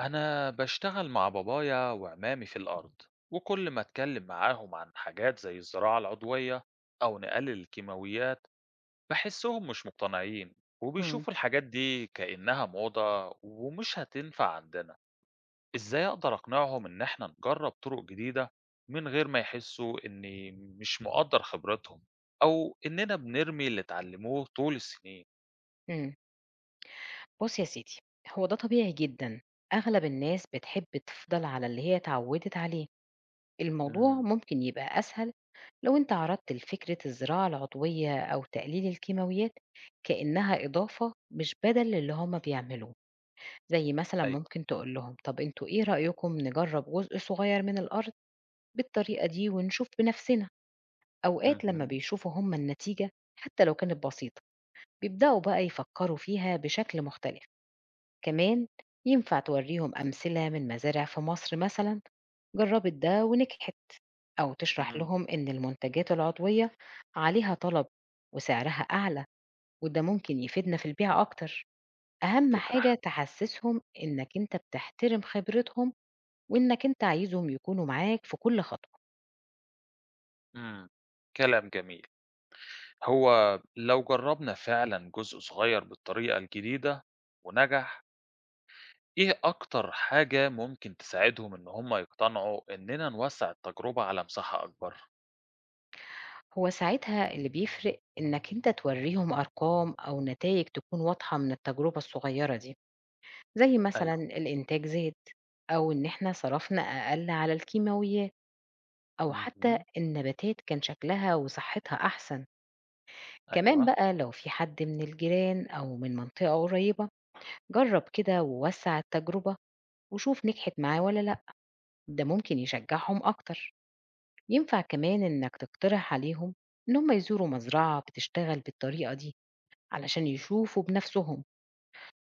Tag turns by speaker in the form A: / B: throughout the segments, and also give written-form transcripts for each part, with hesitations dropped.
A: أنا بشتغل مع بابايا وعمامي في الأرض، وكل ما أتكلم معاهم عن حاجات زي الزراعة العضوية أو نقلل الكيماويات بحسهم مش مقتنعين،
B: إمم.
A: وبيشوفوا الحاجات دي كأنها موضة ومش هتنفع عندنا. إزاي أقدر أقنعهم إن إحنا نجرب طرق جديدة من غير ما يحسوا إني مش مقدر خبرتهم أو إننا بنرمي اللي اتعلموه طول السنين؟
B: إمم. بُص يا سيدي، هو ده طبيعي جدًا. أغلب الناس بتحب تفضل على اللي هي اتعوّدت عليه. الموضوع
A: امم،
B: ممكن يبقى أسهل لو أنت عرضت لفكرة الزراعة العضوية أو تقليل الكيماويات كإنها إضافة مش بدَل للي هُم بيعملوه، زي مثلًا
A: أيوة.
B: ممكن تقول لهم طَب أنتم إيه رأيكم نجرّب جزء صغير من الأرض بالطريقة دي ونشوف بنَفْسنا. أوقات لمّا
A: مهم.
B: بيشوفوا هُم النتيجة، حتى لو كانت بسيطة، بيبدأوا بقى يفكّروا فيها بشكل مختلف. كمان ينفع توريهم أمثلة من مزارع في مصر مثلا جربت ده ونجحت، أو تشرح
A: مم.
B: لهم إن المنتجات العضوية عليها طلب وسعرها أعلى، وده ممكن يفيدنا في البيع أكتر. أهم
A: فكرة
B: حاجة
A: حلوة.
B: تحسسهم إنك أنت بتحترم خبرتهم، وإنك أنت عايزهم يكونوا معاك في كل خطوة.
A: مم. كلام جميل. هو لو جرّبنا فعلًا جزء صغير بالطريقة الجديدة ونجح، إيه أكتر حاجة ممكن تساعدهم إن هم يقتنعوا إننا نوسّع التجربة على مساحة أكبر؟
B: هو ساعتها اللي بيفرق إنك أنت توريهم أرقام أو نتائج تكون واضحة من التجربة الصغيرة دي، زي مثلا
A: أيوه.
B: الإنتاج زاد، أو إن إحنا صرفنا أقل على الكيماويات، أو حتى
A: اهم،
B: النباتات كان شكلها وصحتها أحسن. كمان
A: أيوه،
B: بقى لو في حد من الجيران أو من منطقة قريبة جرب كده ووسع التجربة، وشوف نجحت معاه ولا لأ، ده ممكن يشجعهم أكتر. ينفع كمان إنك تقترح عليهم إن هم يزوروا مزرعة بتشتغل بالطريقة دي علشان يشوفوا بنفسهم.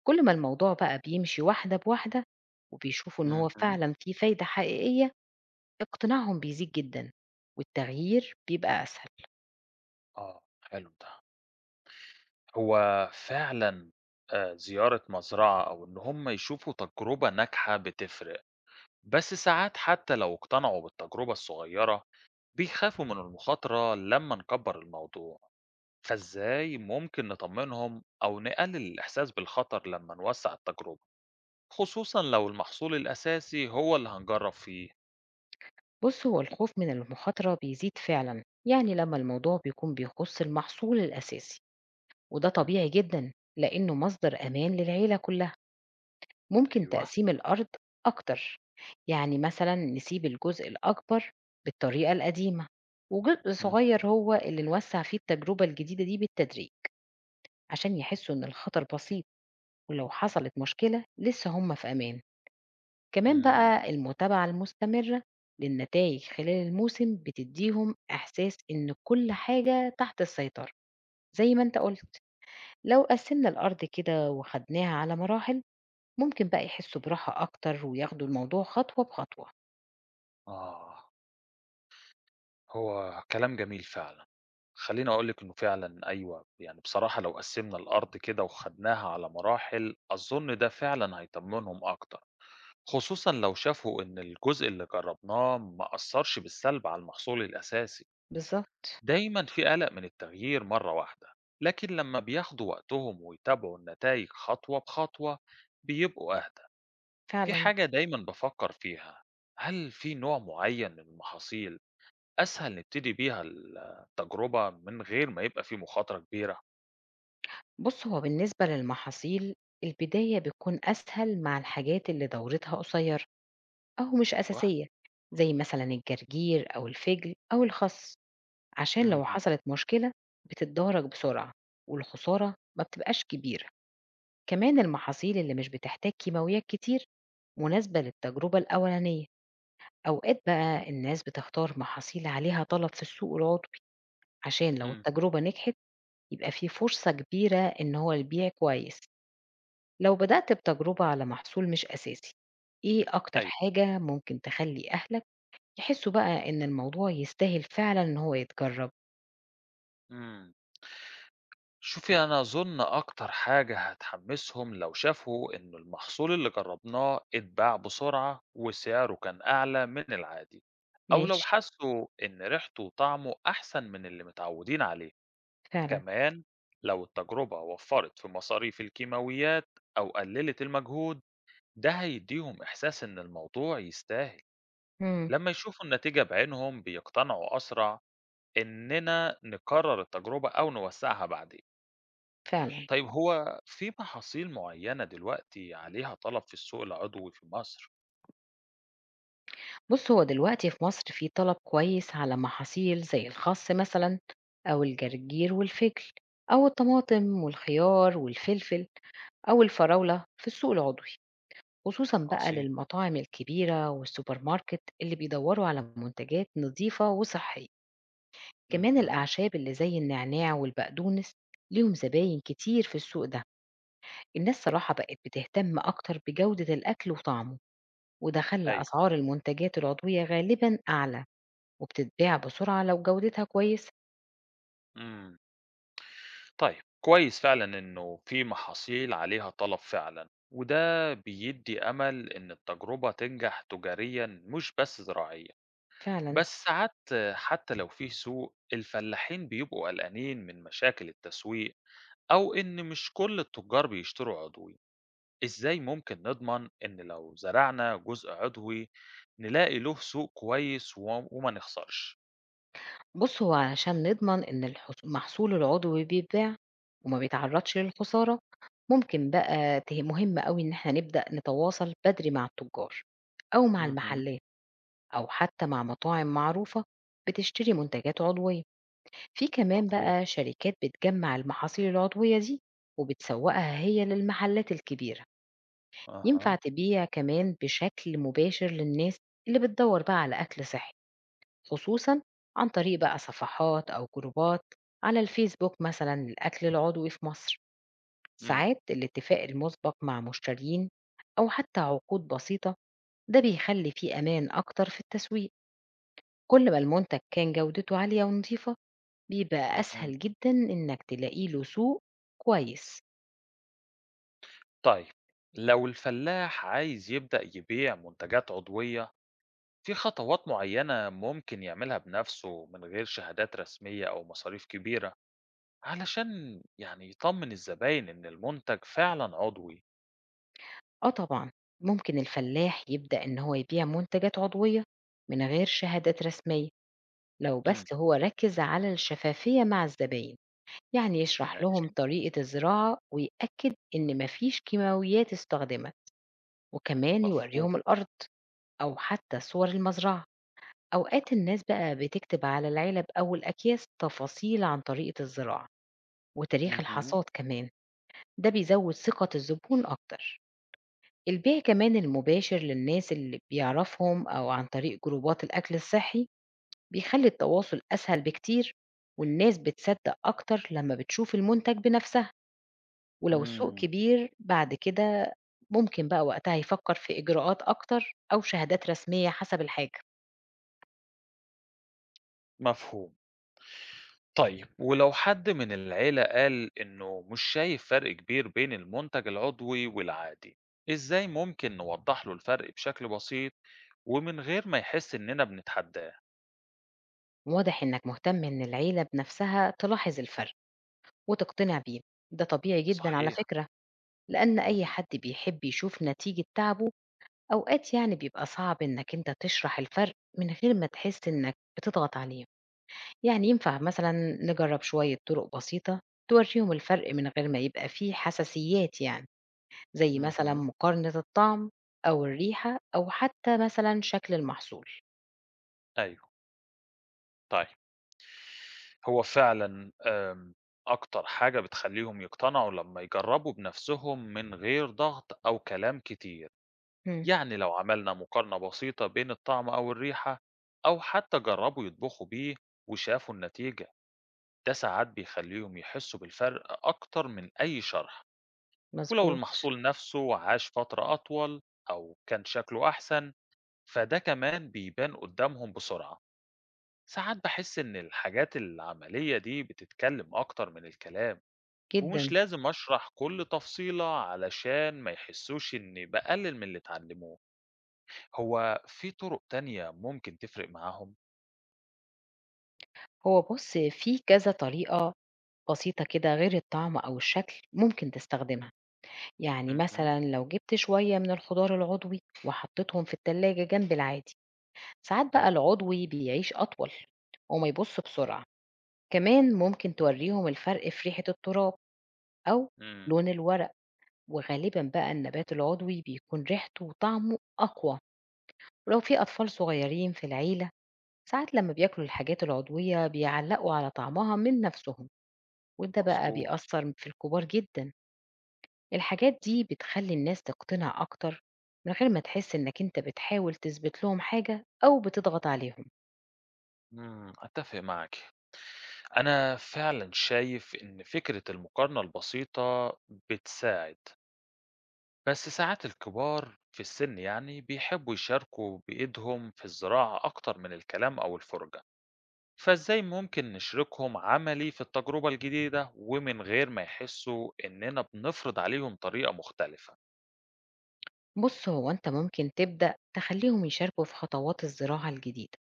B: كل ما الموضوع بقى بيمشي واحدة بواحدة وبيشوفوا إن هو
A: اهم،
B: فعلا في فايدة حقيقية، اقتناعهم بيزيد جدًا، والتغيير بيبقى أسهل.
A: آه، حلو ده. هو فعلًا زيارة مزرعة أو إن هم يشوفوا تجربة ناجحة بتفرق، بس ساعات حتى لو اقتنعوا بالتجربة الصغيرة، بيخافوا من المخاطرة لمّا نكبّر الموضوع. فإزاي ممكن نطمنهم أو نقلل الإحساس بالخطر لما نوسع التجربة، خصوصا لو المحصول الأساسي هو اللي هنجرب فيه؟
B: بُص، هو الخوف من المخاطرة بيزيد فعلًا، يعني لمّا الموضوع بيكون بيخُص المحصول الأساسي، وده
A: مم.
B: طبيعي جدًا، لإنه مصدر أمان للعيلة كلّها. ممكن
A: أيوه.
B: تقسيم الأرض أكتر، يعني مثلًا نسيب الجزء الأكبر بالطريقة القديمة، وجزء
A: مم.
B: صغير هو اللي نوسّع فيه التجربة الجديدة دي بالتدريج، عشان يحسّوا إن الخطر بسيط، ولو حصلت مشكلة لسه هُم في أمان. كمان
A: مم.
B: بقى المتابعة المستمرة للنتائج خلال الموسم بتديهم إحساس إن كل حاجة تحت السيطرة. زي ما أنت قلت، لو قسمنا الأرض كده وخدناها على مراحل ممكن بقى يحسوا براحة أكتر وياخدوا الموضوع خطوة بخطوة.
A: آه. هو كلام جميل فعلا. خليني أقول لك إنه فعلا أيوه، يعني بصراحة لو قسمنا الأرض كده وخدناها على مراحل أظن ده فعلا هيطمنهم أكتر، خصوصا لو شافوا إن الجزء اللي جربناه ما أثرش بالسلب على المحصول الأساسي.
B: بالظبط.
A: دايما في قلق من التغيير مرة واحدة، لكن لما بياخدوا وقتهم ويتابعوا النتائج خطوة بخطوة بيبقوا أهدى. في
B: فعلا.
A: حاجة دايما بفكر فيها، هل في نوع معين من المحاصيل أسهل نبتدي بيها التجربة من غير ما يبقى في مخاطرة كبيرة؟
B: بص، هو بالنسبة للمحاصيل، البداية بتكون أسهل مع الحاجات اللي دورتها قصيرة أو مش
A: أيوه.
B: أساسية، زي مثلا الجرجير أو الفجل أو الخس، عشان لو
A: مهم.
B: حصلت مشكلة بتتدارك بسرعة والخسارة ما بتبقاش كبيرة. كمان المحاصيل اللي مش بتحتاج كيماويات كتير مناسبة للتجربة الأولانية. أوقات بقى الناس بتختار محاصيل عليها طلب في السوق العضوي، عشان لو
A: مهم.
B: التجربة نجحت يبقى في فرصة كبيرة إن هو البيع كويس. لو بدأت بتجربة على محصول مش أساسي، إيه أكتر
A: أيوه.
B: حاجة ممكن تخلي أهلك يحسوا بقى إن الموضوع يستاهل فعلا إن هو يتجرب؟
A: مم. شوفي، أنا أظن أكتر حاجة هتحمسهم لو شافوا إن المحصول اللي جربناه اتباع بسرعة وسعره كان أعلى من العادي، أو لو
B: ماشي.
A: حسوا إن ريحته وطعمه أحسن من اللي متعودين عليه.
B: فعلا.
A: كمان لو التجربة وفرت في مصاريف الكيماويات أو قللت المجهود، ده هيديهم إحساس إن الموضوع يستاهل.
B: مم.
A: لما يشوفوا النتيجة بعينهم بيقتنعوا أسرع إننا نكرر التجربة أو نوسعها بعدين.
B: فعلا.
A: طيب، هو في محاصيل معينة دلوقتي عليها طلب في السوق العضوي في مصر؟
B: بُص، هو دلوقتي في مصر في طلب كويس على محاصيل زي الخَس مثلًا، أو الجرجير والفِجل، أو الطماطم والخيار والفلفل، أو الفراولة في السوق العضوي، خصوصًا بقى
A: عظيم.
B: للمطاعم الكبيرة والسوبر ماركت اللي بيدوّروا على منتجات نضيفة وصحية. كمان
A: اهم.
B: الأعشاب اللي زي النعناع والبقدونس ليهم زباين كتير في السوق ده. الناس صراحة بقت بتهتم أكتر بجودة الأكل وطعمه، وده خلّى
A: أيوه.
B: أسعار المنتجات العضوية غالبًا أعلى، وبتتباع بسرعة لو جودتها كويسة.
A: إمم. طيب، كويس فعلًا إنه في محاصيل عليها طلب فعلًا، وده بيدّي أمل إن التجربة تنجح تجاريًا مش بس زراعيًا.
B: فعلا.
A: بس ساعات حتى لو في سوق، الفلاحين بيبقوا قلقانين من مشاكل التسويق أو إن مش كل التجار بيشتروا عضوي. إزاي ممكن نضمن إن لو زرعنا جزء عضوي نلاقي له سوق كويس وما نخسرش؟
B: بص، هو علشان نضمن إن المحصول العضوي بيتباع وما بيتعرضش للخسارة، ممكن بقى مهم قوي إن احنا نبدأ نتواصل بدري مع التجار، أو مع
A: مهم.
B: المحلات، أو حتى مع مطاعم معروفة بتشتري منتجات عضوية. في كمان
A: مفهوم.
B: بقى شركات بتجمع المحاصيل العضوية دي وبتسوقها هي للمحلات الكبيرة. ينفع
A: أها.
B: تبيع كمان بشكل مباشر للناس اللي بتدور بقى على أكل صحي، خصوصًا عن طريق بقى صفحات أو جروبات على الفيسبوك مثلًا للأكل العضوي في مصر.
A: مم.
B: ساعات الاتفاق المسبق مع مشترين أو حتى عقود بسيطة، ده بيخلي فيه أمان أكتر في التسويق. كل ما المنتج كان جودته عالية ونضيفة بيبقى
A: مهم.
B: أسهل جدًا إنك تلاقي له سوق كويس.
A: طيب، لو الفلاح عايز يبدأ يبيع منتجات عضوية في خطوات معينة ممكن يعملها بنفسه من غير شهادات رسمية أو مصاريف كبيرة علشان يعني يطمن الزباين إن المنتج فعلا عضوي؟
B: آه طبعًا. ممكن الفلاح يبدأ إن هو يبيع منتجات عضوية من غير شهادات رسمية، لو
A: مم.
B: بس هو ركز على الشفافية مع الزباين. يعني يشرح
A: ماشي.
B: لهم طريقة الزراعة ويأكد إن مفيش كيماويات استخدمت، وكمان
A: مفهوم.
B: يوريهم الأرض أو حتى صور المزرعة. أوقات الناس بقى بتكتب على العلب أو الأكياس تفاصيل عن طريقة الزراعة وتاريخ
A: مهم.
B: الحصاد كمان، ده بيزود ثقة الزبون أكتر. البيع كمان المباشر للناس اللي بيعرفهم أو عن طريق جروبات الأكل الصحي بيخلي التواصل أسهل بكتير، والناس بتصدق أكتر لما بتشوف المنتج بنفسها. ولو السوق
A: مم.
B: كبير بعد كده، ممكن بقى وقتها يفكر في إجراءات أكتر أو شهادات رسمية حسب الحاجة.
A: مفهوم. طيب، ولو حد من العيلة قال إنه مش شايف فرق كبير بين المنتج العضوي والعادي، إزاي ممكن نوضح له الفرق بشكل بسيط ومن غير ما يحس إننا بنتحداه؟
B: واضح إنك مهتم إن العيلة بنفسها تلاحظ الفرق وتقتنع بيه، ده طبيعي جدا على
A: صحيح.
B: فكرة، لأن أي
A: مهم.
B: حد بيحب يشوف نتيجة تعبه. أوقات يعني بيبقى صعب إنك أنت تشرح الفرق من غير ما تحس إنك بتضغط عليهم. يعني ينفع مثلا نجرب شوية طرق بسيطة توريهم الفرق من غير ما يبقى فيه حساسيات يعني، زي مثلا
A: مهم.
B: مقارنة الطعم أو الريحة أو حتى مثلا شكل المحصول.
A: أيوه. طيب، هو فعلا أكتر حاجة بتخليهم يقتنعوا لما يجربوا بنفسهم من غير ضغط أو كلام كتير.
B: مم.
A: يعني لو عملنا مقارنة بسيطة بين الطعم أو الريحة، أو حتى جربوا يطبخوا بيه وشافوا النتيجة، ده ساعات بيخليهم يحسوا بالفرق أكتر من أي شرح. ولو
B: مظبوط
A: المحصول نفسه عاش فترة أطول أو كان شكله أحسن فده كمان بيبان قدامهم بسرعة. ساعات بحس إن الحاجات العملية دي بتتكلم أكتر من الكلام ومش
B: جدا.
A: لازم أشرح كل تفصيلة علشان ما يحسوش إني بقلل من اللي اتعلموه. هو في طُرُق تانية ممكن تفرق معاهم؟
B: هو بص، في كذا طريقة بسيطة كده غير الطعم أو الشكل ممكن تستخدمها، يعني
A: إمم، اهم.
B: مثلا لو جبت شوية من الخضار العضوي وحطيتهم في التلاجة جنب العادي، ساعات بقى
A: أيوه.
B: العضوي بيعيش أطول وما يبص بسرعة. كمان ممكن توريهم الفرق في ريحة التراب أو
A: إمم،
B: لون الورق، وغالبًا بقى النبات العضوي بيكون ريحته وطعمه أقوى. ولو في أطفال صغيرين في العيلة، ساعات لما بياكلوا الحاجات العضوية بيعلقوا على طعمها من نفسهم، وده بقى
A: مضبوط.
B: بيأثر في الكبار جدًا. الحاجات دي بتخلي الناس تقتنع أكتر من غير ما تحس إنك أنت بتحاول تثبت لهم حاجة أو بتضغط عليهم.
A: إمم، أتّفق معاكِ. أنا فعلًا شايف إن فكرة المقارنة البسيطة بتساعد، بس ساعات الكبار في السِن يعني بيحبّوا يشاركوا بإيدهم في الزراعة أكتر من الكلام أو الفُرجة، فإزاي ممكن نشركهم عملي في التجربة الجديدة ومن غير ما يحسّوا إننا بنفرض عليهم طريقة مختلفة؟
B: بُص، هو أنت ممكن تبدأ تخليهم يشاركوا في خطوات الزراعة الجديدة،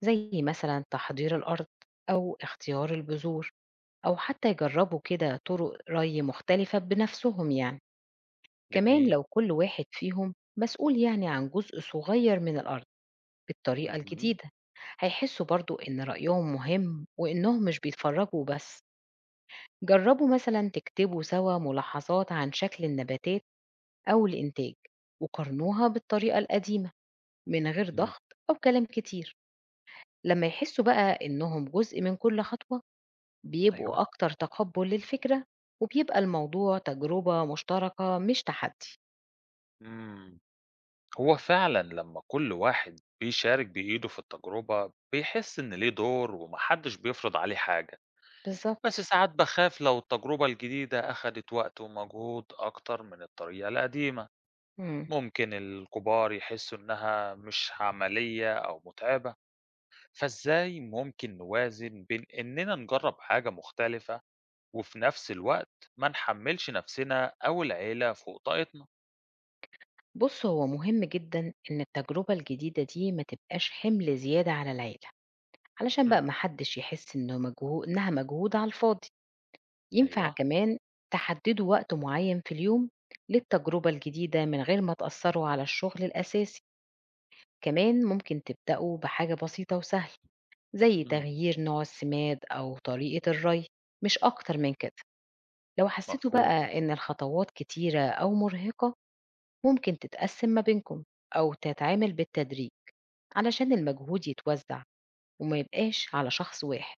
B: زي مثلًا تحضير الأرض أو اختيار البذور، أو حتى يجربوا كده طرق ري مختلفة بنفسهم يعني. كمان
A: جميل.
B: لو كل واحد فيهم مسؤول يعني عن جزء صغير من الأرض بالطريقة
A: اهم.
B: الجديدة، هيحسوا برضو إن رأيهم مهم وإنهم مش بيتفرجوا بس. جربوا مثلا تكتبوا سوا ملاحظات عن شكل النباتات أو الإنتاج، وقارنوها بالطريقة القديمة من غير
A: إمم،
B: ضغط أو كلام كتير. لما يحسوا بقى إنهم جزء من كل خطوة بيبقوا
A: أيوه.
B: أكتر تقبُّل للفكرة، وبيبقى الموضوع تجربة مشتركة مش تحدي.
A: إمم. هو فعلًا لمّا كل واحد بيشارك بإيده في التجربة، بيحس إن ليه دور وما حدش بيفرض عليه حاجة. بس
B: بالضبط.
A: ساعات باخاف لو التجربة الجديدة أخدت وقت ومجهود أكتر من الطريقة القديمة،
B: إمم.
A: ممكن الكبار يحسوا إنها مش عملية أو متعبة. فإزاي ممكن نوازن بين إننا نجرب حاجة مختلفة وفي نفس الوقت ما نحمّلش نفسنا أو العيلة فوق طاقتنا؟
B: بُص، هو مهم جدًا إن التجربة الجديدة دي ما تبقاش حِمل زيادة على العيلة، علشان بقى
A: إمم،
B: ما حدّش يحس إنه إنها مجهود على الفاضي. ينفع
A: أيوه،
B: كمان تحدّدوا وقت معيّن في اليوم للتجربة الجديدة من غير ما تأثّروا على الشغل الأساسي. كمان ممكن تبدأوا بحاجة بسيطة وسهلة زي
A: إمم،
B: تغيير نوع السماد أو طريقة الري، مش أكتر من كده. لو حسيتوا
A: مفهوم،
B: بقى إن الخطوات كتيرة أو مرهقة، ممكن تتقسم ما بينكم أو تتعامل بالتدريج علشان المجهود يتوزع وما يبقاش على شخص واحد.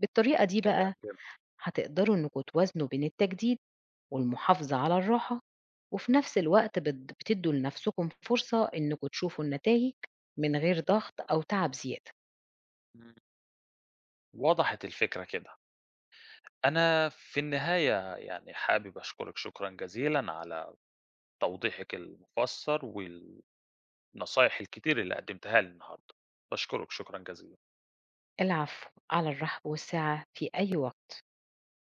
B: بالطريقة دي
A: كلام
B: بقى
A: جميل.
B: هتقدروا إنكم توازنوا بين التجديد والمحافظة على الراحة، وفي نفس الوقت بتدوا لنفسكم فرصة إنكم تشوفوا النتائج من غير ضغط أو تعب زيادة.
A: إمم، وضحت الفكرة كده. أنا في النهاية يعني حابب أشكرِك شكرًا جزيلًا على توضيحِك المفسّر والنصايح الكتير اللي قدّمتيها لي النهارده، باشكرِك شكرًا جزيلًا.
B: العفو، على الرحب والسعة في أي وقت.